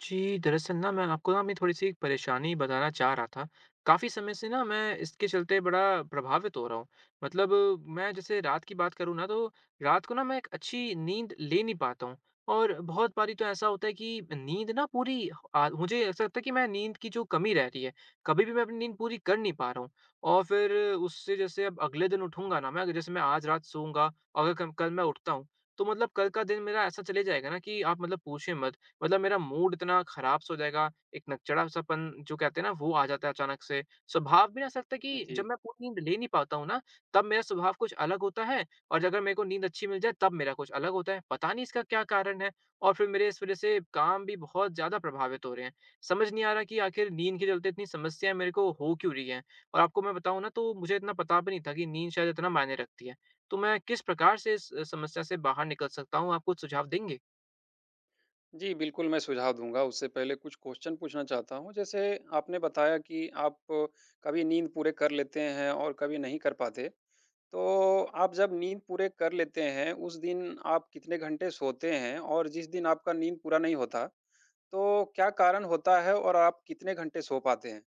जी, दरअसल ना मैं आपको ना अपनी थोड़ी-सी परेशानी बताना चाह रहा था। काफ़ी समय से ना मैं इसके चलते बड़ा प्रभावित हो रहा हूँ। मतलब मैं जैसे रात की बात करूँ ना तो रात को ना मैं एक अच्छी नींद ले नहीं पाता हूँ और बहुत बारी तो ऐसा होता है कि नींद ना पूरी अ, मुझे ऐसा लगता है कि मैं नींद की जो कमी रह रही है, कभी भी मैं अपनी नींद पूरी कर नहीं पा रहा हूँ। और फिर उससे जैसे अब अगले दिन उठूँगा ना मैं अगर जैसे मैं आज रात सोऊँगा, अगर कम कल मैं उठता हूँ, तो मतलब कल का दिन मेरा ऐसा चले जाएगा ना कि आप मतलब पूछिए मत। मतलब मेरा मूड इतना खराब सा हो जाएगा, एक नकचढ़ा-सापन जो कहते हैं ना वो आ जाता है अचानक से। स्वभाव भी ना ऐसा लगता है कि जब जी। मैं पूरी नींद ले नहीं पाता हूँ ना, तब मेरा स्वभाव कुछ अलग होता है और अगर मेरे को नींद अच्छी मिल जाए तब मेरा कुछ अलग होता है। पता नहीं इसका क्या कारण है? और फिर मेरे इस वज़ह से काम भी बहुत ज़्यादा प्रभावित हो रहे हैं। समझ नहीं आ रहा कि आखिर नींद के चलते इतनी समस्याएँ मेरे को हो क्यों रही हैं? और आपको मैं बताऊँ ना तो मुझे इतना पता भी नहीं था कि नींद शायद इतना मायने रखती है। तो मैं किस प्रकार से इस समस्या से बाहर निकल सकता हूँ? आप कुछ सुझाव देंगे? जी, बिल्कुल मैं सुझाव दूँगा, उससे पहले कुछ क्वेश्चन पूछना चाहता हूँ। जैसे आपने बताया कि आप कभी नींद पूरे कर लेते हैं और कभी नहीं कर पाते। तो आप जब नींद पूरे कर लेते हैं, उस दिन आप कितने घंटे सोते हैं? और जिस दिन आपका नींद पूरा नहीं होता, तो क्या कारण होता है और आप कितने घंटे सो पाते हैं?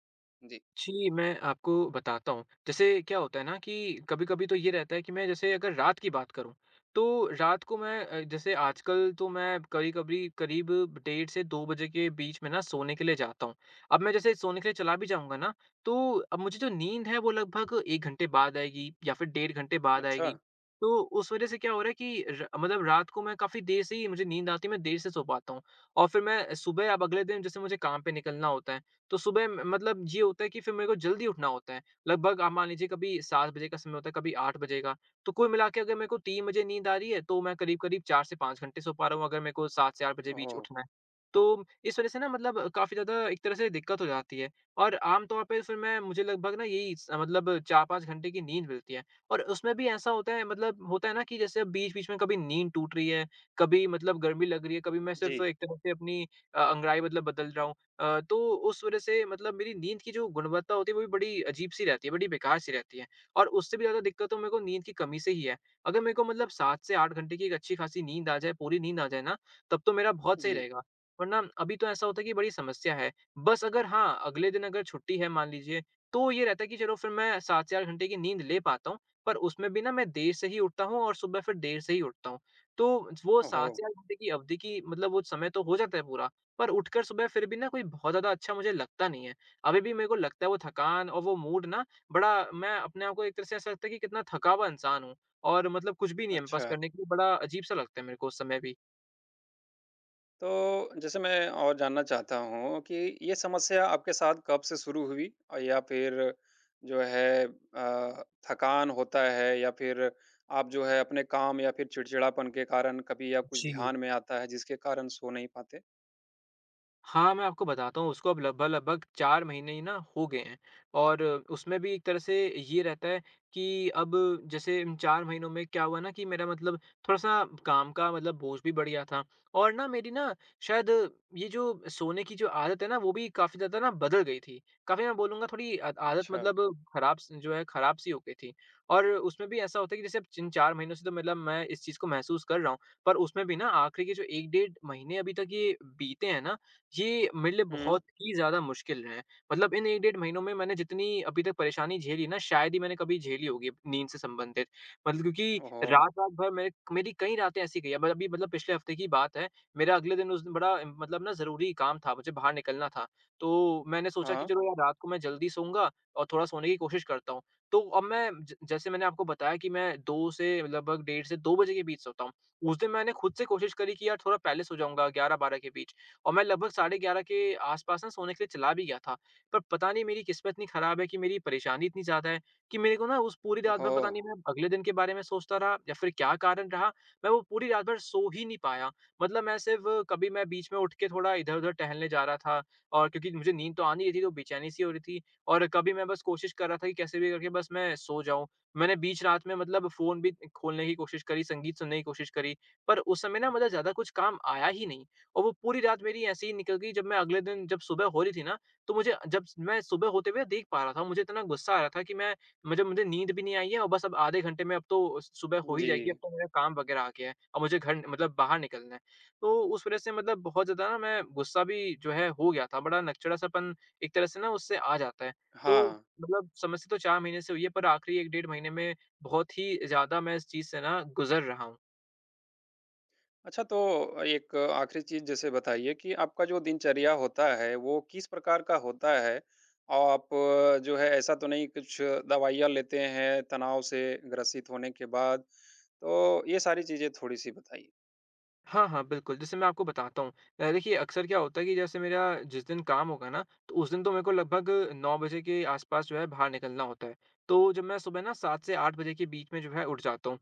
जी। जी, मैं आपको बताता हूँ। जैसे क्या होता है ना कि कभी-कभी तो ये रहता है कि मैं जैसे अगर रात की बात करूँ, तो रात को मैं जैसे आजकल तो मैं कभी-कभी करीब डेढ़ से 2 बजे के बीच में ना सोने के लिए जाता हूँ। अब मैं जैसे सोने के लिए चला भी जाऊँगा ना, तो अब मुझे जो नींद है वो लगभग 1 घंटे बाद आएगी या फिर डेढ़ घंटे बाद अच्छा। आएगी। तो उस वज़ह से क्या हो रहा है कि र मतलब रात को मैं काफ़ी देर से ही मुझे नींद आती है, मैं देर से सो पाता हूँ। और फिर मैं सुबह अब अगले दिन जैसे मुझे काम पे निकलना होता है तो सुबह म मतलब ये होता है कि फिर मेरे को जल्दी उठना होता है। लगभग आप मान लीजिए कभी 7 बजे का समय होता है, कभी 8 बजे का। तो कुल मिला के अगर मेरे को 3 बजे नींद आ रही है, तो मैं करीब-करीब 4 से 5 घंटे सो पा रहा हूँ, अगर मेरे को 7 से 8 बजे बीच ओह! उठना है। तो इस वज़ह से ना मतलब काफ़ी ज़्यादा एक तरह से दिक्कत हो जाती है और आम तौर पे फिर मैं मुझे लगभग ना यही स मतलब 4-5 घंटे की नींद मिलती है और उसमें भी ऐसा होता है मतलब होता है ना कि जैसे बीच-बीच में कभी नींद टूट रही है, कभी मतलब गर्मी लग रही है, कभी मैं जी, सिर्फ़ एक तरह से अपनी अंगड़ाई मतलब बदल रहा हूँ। तो उस वज़ह से मतलब मेरी नींद की जो गुणवत्ता होती है, वो भी बड़ी अजीब-सी रहती है, बड़ी बेकार-सी रहती है। और उससे भी ज़्यादा दिक्कत तो मेरे को नींद की कमी से ही है। अगर मेरे को मतलब 7 से 8 घंटे की एक अच्छी-खासी नींद आ जाए, पूरी नींद आ जाए ना, तब तो मेरा बहुत सही जी। रहेगा। वरना अभी तो ऐसा होता है कि बड़ी समस्या है। बस अगर हाँ, अगले दिन अगर छुट्टी है मान लीजिए, तो ये रहता है कि चलो फिर मैं 7 से 8 घंटे की नींद ले पाता हूँ, पर उसमें भी ना मैं देर से ही उठता हूँ और सुबह फिर देर से ही उठता हूँ। तो वो ओह! 7 से 8 घंटे की अवधि की मतलब वो समय तो हो जाता है पूरा, पर उठकर सुबह फिर भी ना कोई बहुत ज़्यादा अच्छा मुझे लगता नहीं है। अभी भी मेरे को लगता है वो थकान और वो मूड ना बड़ा मैं अपने आप को एक तरह से ऐसा लगता है कि कितना थका हुआ इंसान हूँ और मतलब कुछ भी नहीं है मेरे पास अच्छा। करने के लिए बड़ा अजीब-सा लगता है मेरे को उस समय भी। तो जैसे मैं और जानना चाहता हूँ कि ये समस्या आपके साथ कब से शुरू हुई? और या फिर जो है थकान होता है या फिर आप जो है अपने काम या फिर चिड़चिड़ापन के कारण कभी या कुछ जी। ध्यान में आता है जिसके कारण सो नहीं पाते? हाँ, मैं आपको बताता हूँ उसको अब लगभग-लगभग 4 महीने ही ना हो गए हैं और उसमें भी एक तरह से ये रहता है कि अब जैसे इन 4 महीनों में क्या हुआ ना कि मेरा मतलब थोड़ा-सा काम का मतलब बोझ भी बढ़ गया था और ना मेरी ना शायद ये जो सोने की जो आदत है ना वो भी काफ़ी ज़्यादा ना बदल गई थी। काफ़ी मैं बोलूँगा थोड़ी आदत अच्छा। मतलब खराब स जो है खराब-सी हो गई थी और उसमें भी ऐसा होता है कि जैसे अब जिन 4 महीनों से तो मतलब मैं इस चीज़ को महसूस कर रहा हूँ, पर उसमें भी ना आखिरी के जो 1 डेढ़ महीने अभी तक ये बीते हैं ना ये मेरे लिए हुँ। बहुत ही ज़्यादा मुश्किल है। मतलब इन 1 डेढ़ महीनों में मैंने जितनी अभी तक परेशानी झेली ना, शायद ही मैंने कभी झेली होगी नींद से संबंधित। मतलब क्योंकि ओहो! रात-रात भर मेरे मेरी कई रातें ऐसी गई हैं। मैं अभी मतलब पिछले हफ़्ते की बात है। मेरा अगले दिन उस दिन बड़ा मतलब ना ज़रूरी काम था, मुझे बाहर निकलना था। तो मैंने सोचा कि हाँ। चलो यार रात को मैं जल्दी सोऊँगा और थोड़ा सोने की कोशिश करता हूँ। तो अब मैं ज जैसे मैंने आपको बताया कि मैं 2 से लगभग डेढ़ से 2 बजे के बीच सोता हूँ। उस दिन मैंने खुद से कोशिश करी कि यार थोड़ा पहले सो जाऊँगा 11-12 के बीच। और मैं लगभग साढ़े 11 के आस-पास ना सोने के लिए चला भी गया था। पर पता नहीं मेरी किस्मत इतनी खराब है कि मेरी परेशानी इतनी ज़्यादा है कि मेरे को ना उस पूरी रात भर ओहो! पता नहीं मैं अगले दिन के बारे में सोचता रहा या फिर क्या कारण रहा, मैं वो पूरी रात भर सो ही नहीं पाया। मतलब मैं सिर्फ़ कभी मैं बीच में उठ के थोड़ा इधर-उधर टहलने जा रहा था और क्योंकि मुझे नींद तो आ नहीं रही थी, तो बेचैनी-सी हो रही थी और कभी मैं बस कोशिश कर रहा था कि कैसे भी करके बस मैं सो जाऊँ। मैंने बीच रात में मतलब फ़ोन भी खोलने की कोशिश करी, संगीत सुनने की कोशिश करी, पर उस समय ना मतलब ज़्यादा कुछ काम आया ही नहीं। और वो पूरी रात मेरी ऐसे ही निकल गई जब मैं अगले दिन जब सुबह हो रही थी ना तो मुझे जब मैं सुबह होते हुए देख पा रहा था मुझे इतना गुस्सा आ रहा था कि मैं मुझे मुझे नींद भी नहीं आई है और बस अब आधे घंटे में अब तो सुबह हो ही जी। जाएगी अब तो मेरा काम वगैरह आ गया है अब मुझे घर मतलब बाहर निकलना है। तो उस वजह से मतलब बहुत ज्यादा ना मैं गुस्सा भी जो है हो गया था बड़ा नकचड़ासापन एक तरह से ना उससे आ जाता है। तो हाँ। मतलब समस्या तो चार महीने से हुई है पर आखिरी एक डेढ़ महीने में बहुत ही ज्यादा मैं इस चीज से ना गुजर रहा हूँ। अच्छा, तो एक आखिरी चीज़ जैसे बताइए कि आपका जो दिनचर्या होता है, वो किस प्रकार का होता है? आप जो है ऐसा तो नहीं कुछ दवाइयाँ लेते हैं तनाव से ग्रसित होने के बाद? तो ये सारी चीज़ें थोड़ी-सी बताइए। हाँ, हाँ, बिल्कुल, जैसे मैं आपको बताता हूँ देखिए अक्सर क्या होता है कि जैसे मेरा जिस दिन काम होगा ना, तो उस दिन तो मेरे को लगभग 9 बजे के आस-पास जो है बाहर निकलना होता है। तो जब मैं सुबह ना 7 से 8 बजे के बीच में जो है उठ जाता हूँ।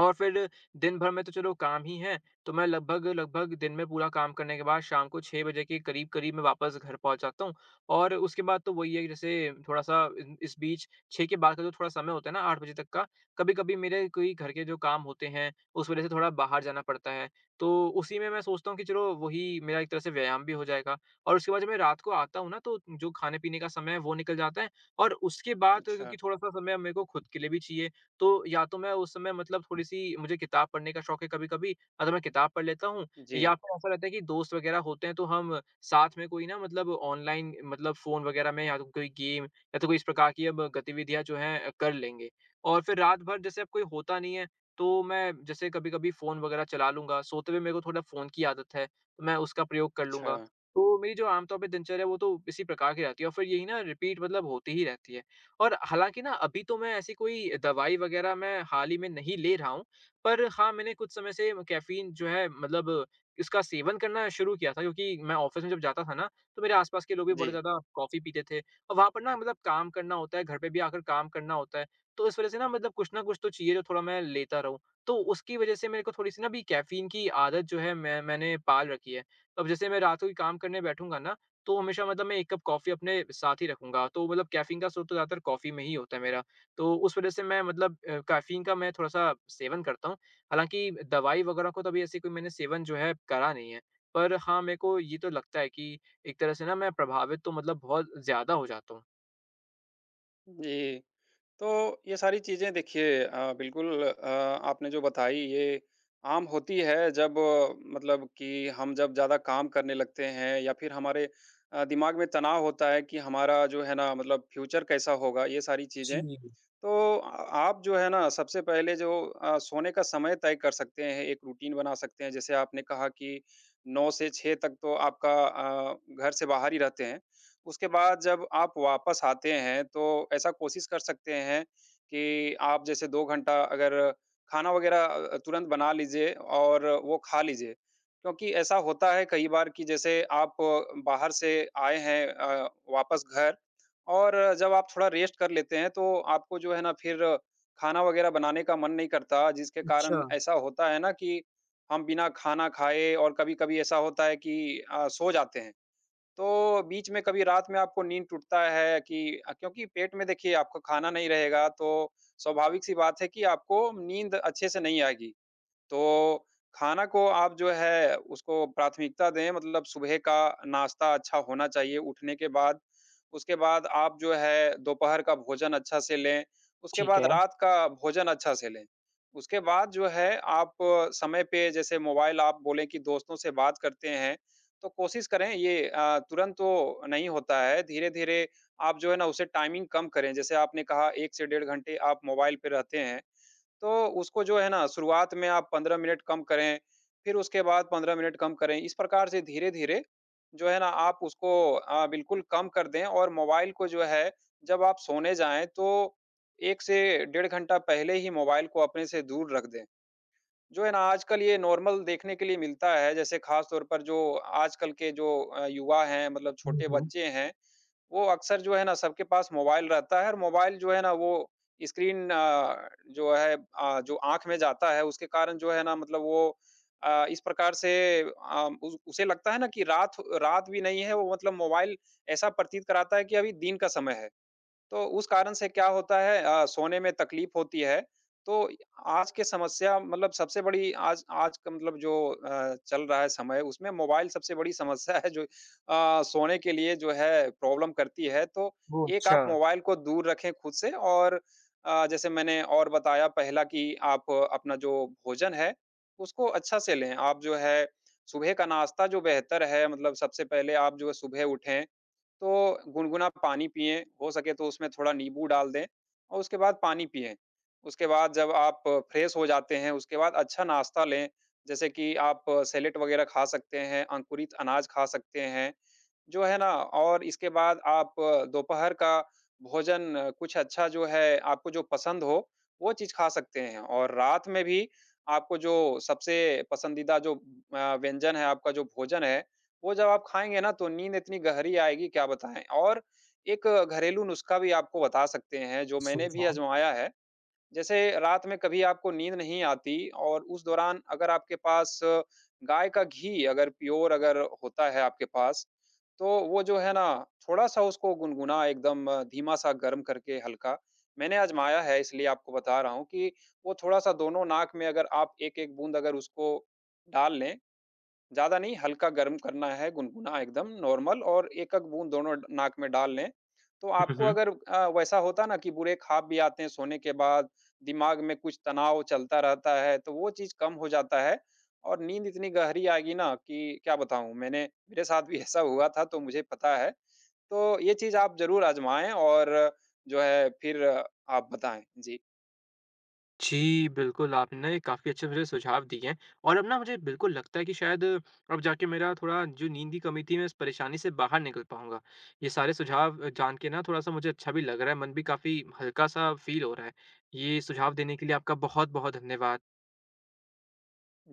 और फिर दिन भर में तो चलो काम ही है, तो मैं लगभग लगभग दिन में पूरा काम करने के बाद शाम को 6 बजे के करीब-करीब मैं वापस घर पहुँच जाता हूँ। और उसके बाद तो वही है कि जैसे थोड़ा-सा इन इस बीच 6 के बाद का जो थोड़ा समय होता है ना 8 बजे तक का, कभी-कभी मेरे कोई घर के जो काम होते हैं, उस वज़ह से थोड़ा बाहर जाना पड़ता है। तो उसी में मैं सोचता हूँ कि चलो वही मेरा एक तरह से व्यायाम भी हो जाएगा और उसके बाद जब मैं रात को आता हूँ ना तो जो खाने-पीने का समय है वो निकल जाता है और उसके बाद अच्छा, क्योंकि थोड़ा-सा समय मेरे को खुद के लिए भी चाहिए तो या तो मैं उस समय मतलब थोड़ी-सी मुझे किताब पढ़ने का शौक है कभी-कभी, हाँ, तो मैं किताब पढ़ लेता हूँ जी। या फिर ऐसा रहता है कि दोस्त वगैरह होते हैं तो हम साथ में कोई ना मतलब ऑनलाइन मतलब फ़ोन वगैरह में या तो कोई गेम या तो कोई इस प्रकार की अब गतिविधियाँ जो हैं कर लेंगे। और फिर रात भर जैसे अब कोई होता नहीं है, तो मैं जैसे कभी-कभी फ़ोन वगैरह चला लूँगा, सोते हुए मेरे को थोड़ा फ़ोन की आदत है, तो मैं उसका प्रयोग कर अच्छा, लूँगा। तो मेरी जो आम तौर पे दिनचर्या है वो तो इसी प्रकार की रहती है और फिर यही ना रिपीट मतलब होती ही रहती है। और हालाँकि ना अभी तो मैं ऐसी कोई दवाई वग़ैरह मैं हाल ही में नहीं ले रहा हूँ, पर हाँ, मैंने कुछ समय से कैफ़ीन जो है मतलब इसका सेवन करना शुरू किया था क्योंकि मैं ऑफ़िस में जब जाता था ना, तो मेरे आस-पास के लोग भी जी। बड़े ज़्यादा कॉफ़ी पीते थे और वहाँ पर ना मतलब काम करना होता है, घर पे भी आकर काम करना होता है। तो इस वज़ह से ना मतलब कुछ ना कुछ तो चाहिए जो थोड़ा मैं लेता रहूँ। तो उसकी वज़ह से मेरे को थोड़ी-सी ना अभी कैफ़ीन की आदत जो है मैंने पाल रखी है। अब जैसे मैं रात को भी काम करने बैठूँगा ना तो हमेशा मतलब मैं 1 कप कॉफ़ी अपने साथ ही रखूँगा। तो मतलब कैफ़ीन का स्रोत तो ज़्यादातर कॉफ़ी में ही होता है मेरा। तो उस वज़ह से मैं मतलब कैफ़ीन का मैं थोड़ा-सा सेवन करता हूँ। हालाँकि दवाई वग़ैरह को तो अभी ऐसे कोई मैंने सेवन जो है करा नहीं है। पर हाँ, मेरे को ये तो लगता है कि एक तरह से ना मैं प्रभावित तो मतलब बहुत ज़्यादा हो जाता हूँ। जी। तो ये सारी चीज़ें देखिए बिल्कुल आपने जो बताई ये आम होती है जब मतलब कि हम जब ज़्यादा काम करने लगते हैं या फिर हमारे दिमाग में तनाव होता है कि हमारा जो है ना मतलब फ्यूचर कैसा होगा ये सारी जी। चीज़ें तो अ, आप जो है ना सबसे पहले जो सोने का समय तय कर सकते हैं, एक रूटीन बना सकते हैं। जैसे आपने कहा कि 9 से 6 तक तो आपका घर से बाहर ही रहते हैं। उसके बाद जब आप वापस आते हैं तो ऐसा कोशिश कर सकते हैं कि आप जैसे 2 घंटा अगर खाना वगैरह तुरंत बना लीजिए और वो खा लीजिए। क्योंकि ऐसा होता है कई बार कि जैसे आप बाहर से आए हैं वापस घर और जब आप थोड़ा रेस्ट कर लेते हैं तो आपको जो है ना फिर खाना वगैरह बनाने का मन नहीं करता, जिसके अच्छा। कारण ऐसा होता है ना कि हम बिना खाना खाए और कभी-कभी ऐसा होता है कि सो जाते हैं। तो बीच में कभी रात में आपको नींद टूटता है कि क्योंकि पेट में देखिए आपका खाना नहीं रहेगा तो स्वाभाविक सी बात है कि आपको नींद अच्छे से नहीं आएगी। तो खाना को आप जो है उसको प्राथमिकता दें मतलब सुबह का नाश्ता अच्छा होना चाहिए उठने के बाद। उसके बाद आप जो है दोपहर का भोजन अच्छा से लें, उसके ठीक बाद है। रात का भोजन अच्छा से लें। उसके बाद जो है आप समय पे जैसे मोबाइल आप बोलें कि दोस्तों से बात करते हैं, तो कोशिश करें ये तुरंत तो नहीं होता है, धीरे-धीरे आप जो है ना उसे टाइमिंग कम करें। जैसे आपने कहा 1 से डेढ़ घंटे आप मोबाइल पे रहते हैं। तो उसको जो है ना शुरुआत में आप 15 मिनट कम करें, फिर उसके बाद 15 मिनट कम करें। इस प्रकार से धीरे-धीरे जो है ना आप उसको बिल्कुल कम कर दें और मोबाइल को जो है जब आप सोने जाएँ तो 1 से डेढ़ घंटा पहले ही मोबाइल को अपने से दूर रख दें। जो है ना आजकल ये नॉर्मल देखने के लिए मिलता है जैसे ख़ास तौर पर जो आजकल के जो युवा हैं मतलब हुँ, छोटे हुँ। बच्चे हैं, वो अक्सर जो है ना सबके पास मोबाइल रहता है और मोबाइल जो है ना वो स्क्रीन जो है जो आँख में जाता है उसके कारण जो है ना मतलब वो इस प्रकार से उस उसे लगता है ना कि रात रात भी नहीं है वो मतलब मोबाइल ऐसा प्रतीत कराता है कि अभी दिन का समय है। तो उस कारण से क्या होता है सोने में तकलीफ होती है। तो आज की समस्या मतलब सबसे बड़ी आज आज का मतलब जो चल रहा है समय उसमें मोबाइल सबसे बड़ी समस्या है जो सोने के लिए जो है प्रॉब्लम करती है। तो ओह! एक अच्छा, आप मोबाइल को दूर रखें खुद से और जैसे मैंने और बताया पहला कि आप अपना जो भोजन है, उसको अच्छा से लें। आप जो है सुबह का नाश्ता जो बेहतर है मतलब सबसे पहले आप जो है सुबह उठें तो गुनगुना पानी पिएँ, हो सके तो उसमें थोड़ा नींबू डाल दें और उसके बाद पानी पिएँ। उसके बाद जब आप फ्रेश हो जाते हैं, उसके बाद अच्छा नाश्ता लें, जैसे कि आप सैलेड वगैरह खा सकते हैं, अंकुरित अनाज खा सकते हैं। जो है ना और इसके बाद आप दोपहर का भोजन कुछ अच्छा जो है आपको जो पसंद हो, वो चीज़ खा सकते हैं और रात में भी आपको जो सबसे पसंदीदा जो व्यंजन है, आपका जो भोजन है, वो जब आप खाएँगे ना तो नींद इतनी गहरी आएगी क्या बताएँ। और एक घरेलू नुस्खा भी आपको बता सकते हैं जो मैंने भी समझा। आज़माया है। जैसे रात में कभी आपको नींद नहीं आती और उस दौरान अगर आपके पास गाय का घी अगर प्योर अगर होता है आपके पास, तो वो जो है ना थोड़ा-सा उसको गुनगुना एकदम धीमा-सा गर्म करके हल्का, मैंने आज़माया है इसलिए आपको बता रहा हूँ कि वो थोड़ा-सा दोनों नाक में अगर आप एक-एक बूँद अगर उसको डाल लें, ज़्यादा नहीं, हल्का गर्म करना है, गुनगुना एकदम नॉर्मल और 1-1 बूँद दोनों ड नाक में डाल लें। तो हुँ, आपको हुँ। अगर वैसा होता ना कि बुरे ख्वाब भी आते हैं सोने के बाद, दिमाग में कुछ तनाव चलता रहता है, तो वो चीज़ कम हो जाता है और नींद इतनी गहरी आएगी ना कि क्या बताऊँ? मैंने मेरे साथ भी ऐसा हुआ था, तो मुझे पता है। तो ये चीज़ आप ज़रूर आज़माएँ और जो है फिर आप बताएँ। जी। जी, बिल्कुल, आपने ना ये काफ़ी अच्छे मुझे सुझाव दिए हैं और अब ना मुझे बिल्कुल लगता है कि शायद अब जाके मेरा थोड़ा जो नींद की कमी थी, मैं इस परेशानी से बाहर निकल पाऊँगा। ये सारे सुझाव जान के ना थोड़ा-सा मुझे अच्छा भी लग रहा है, मन भी काफ़ी हल्का-सा फ़ील हो रहा है। ये सुझाव देने के लिए आपका बहुत-बहुत धन्यवाद।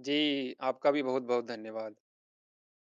जी, आपका भी बहुत-बहुत धन्यवाद।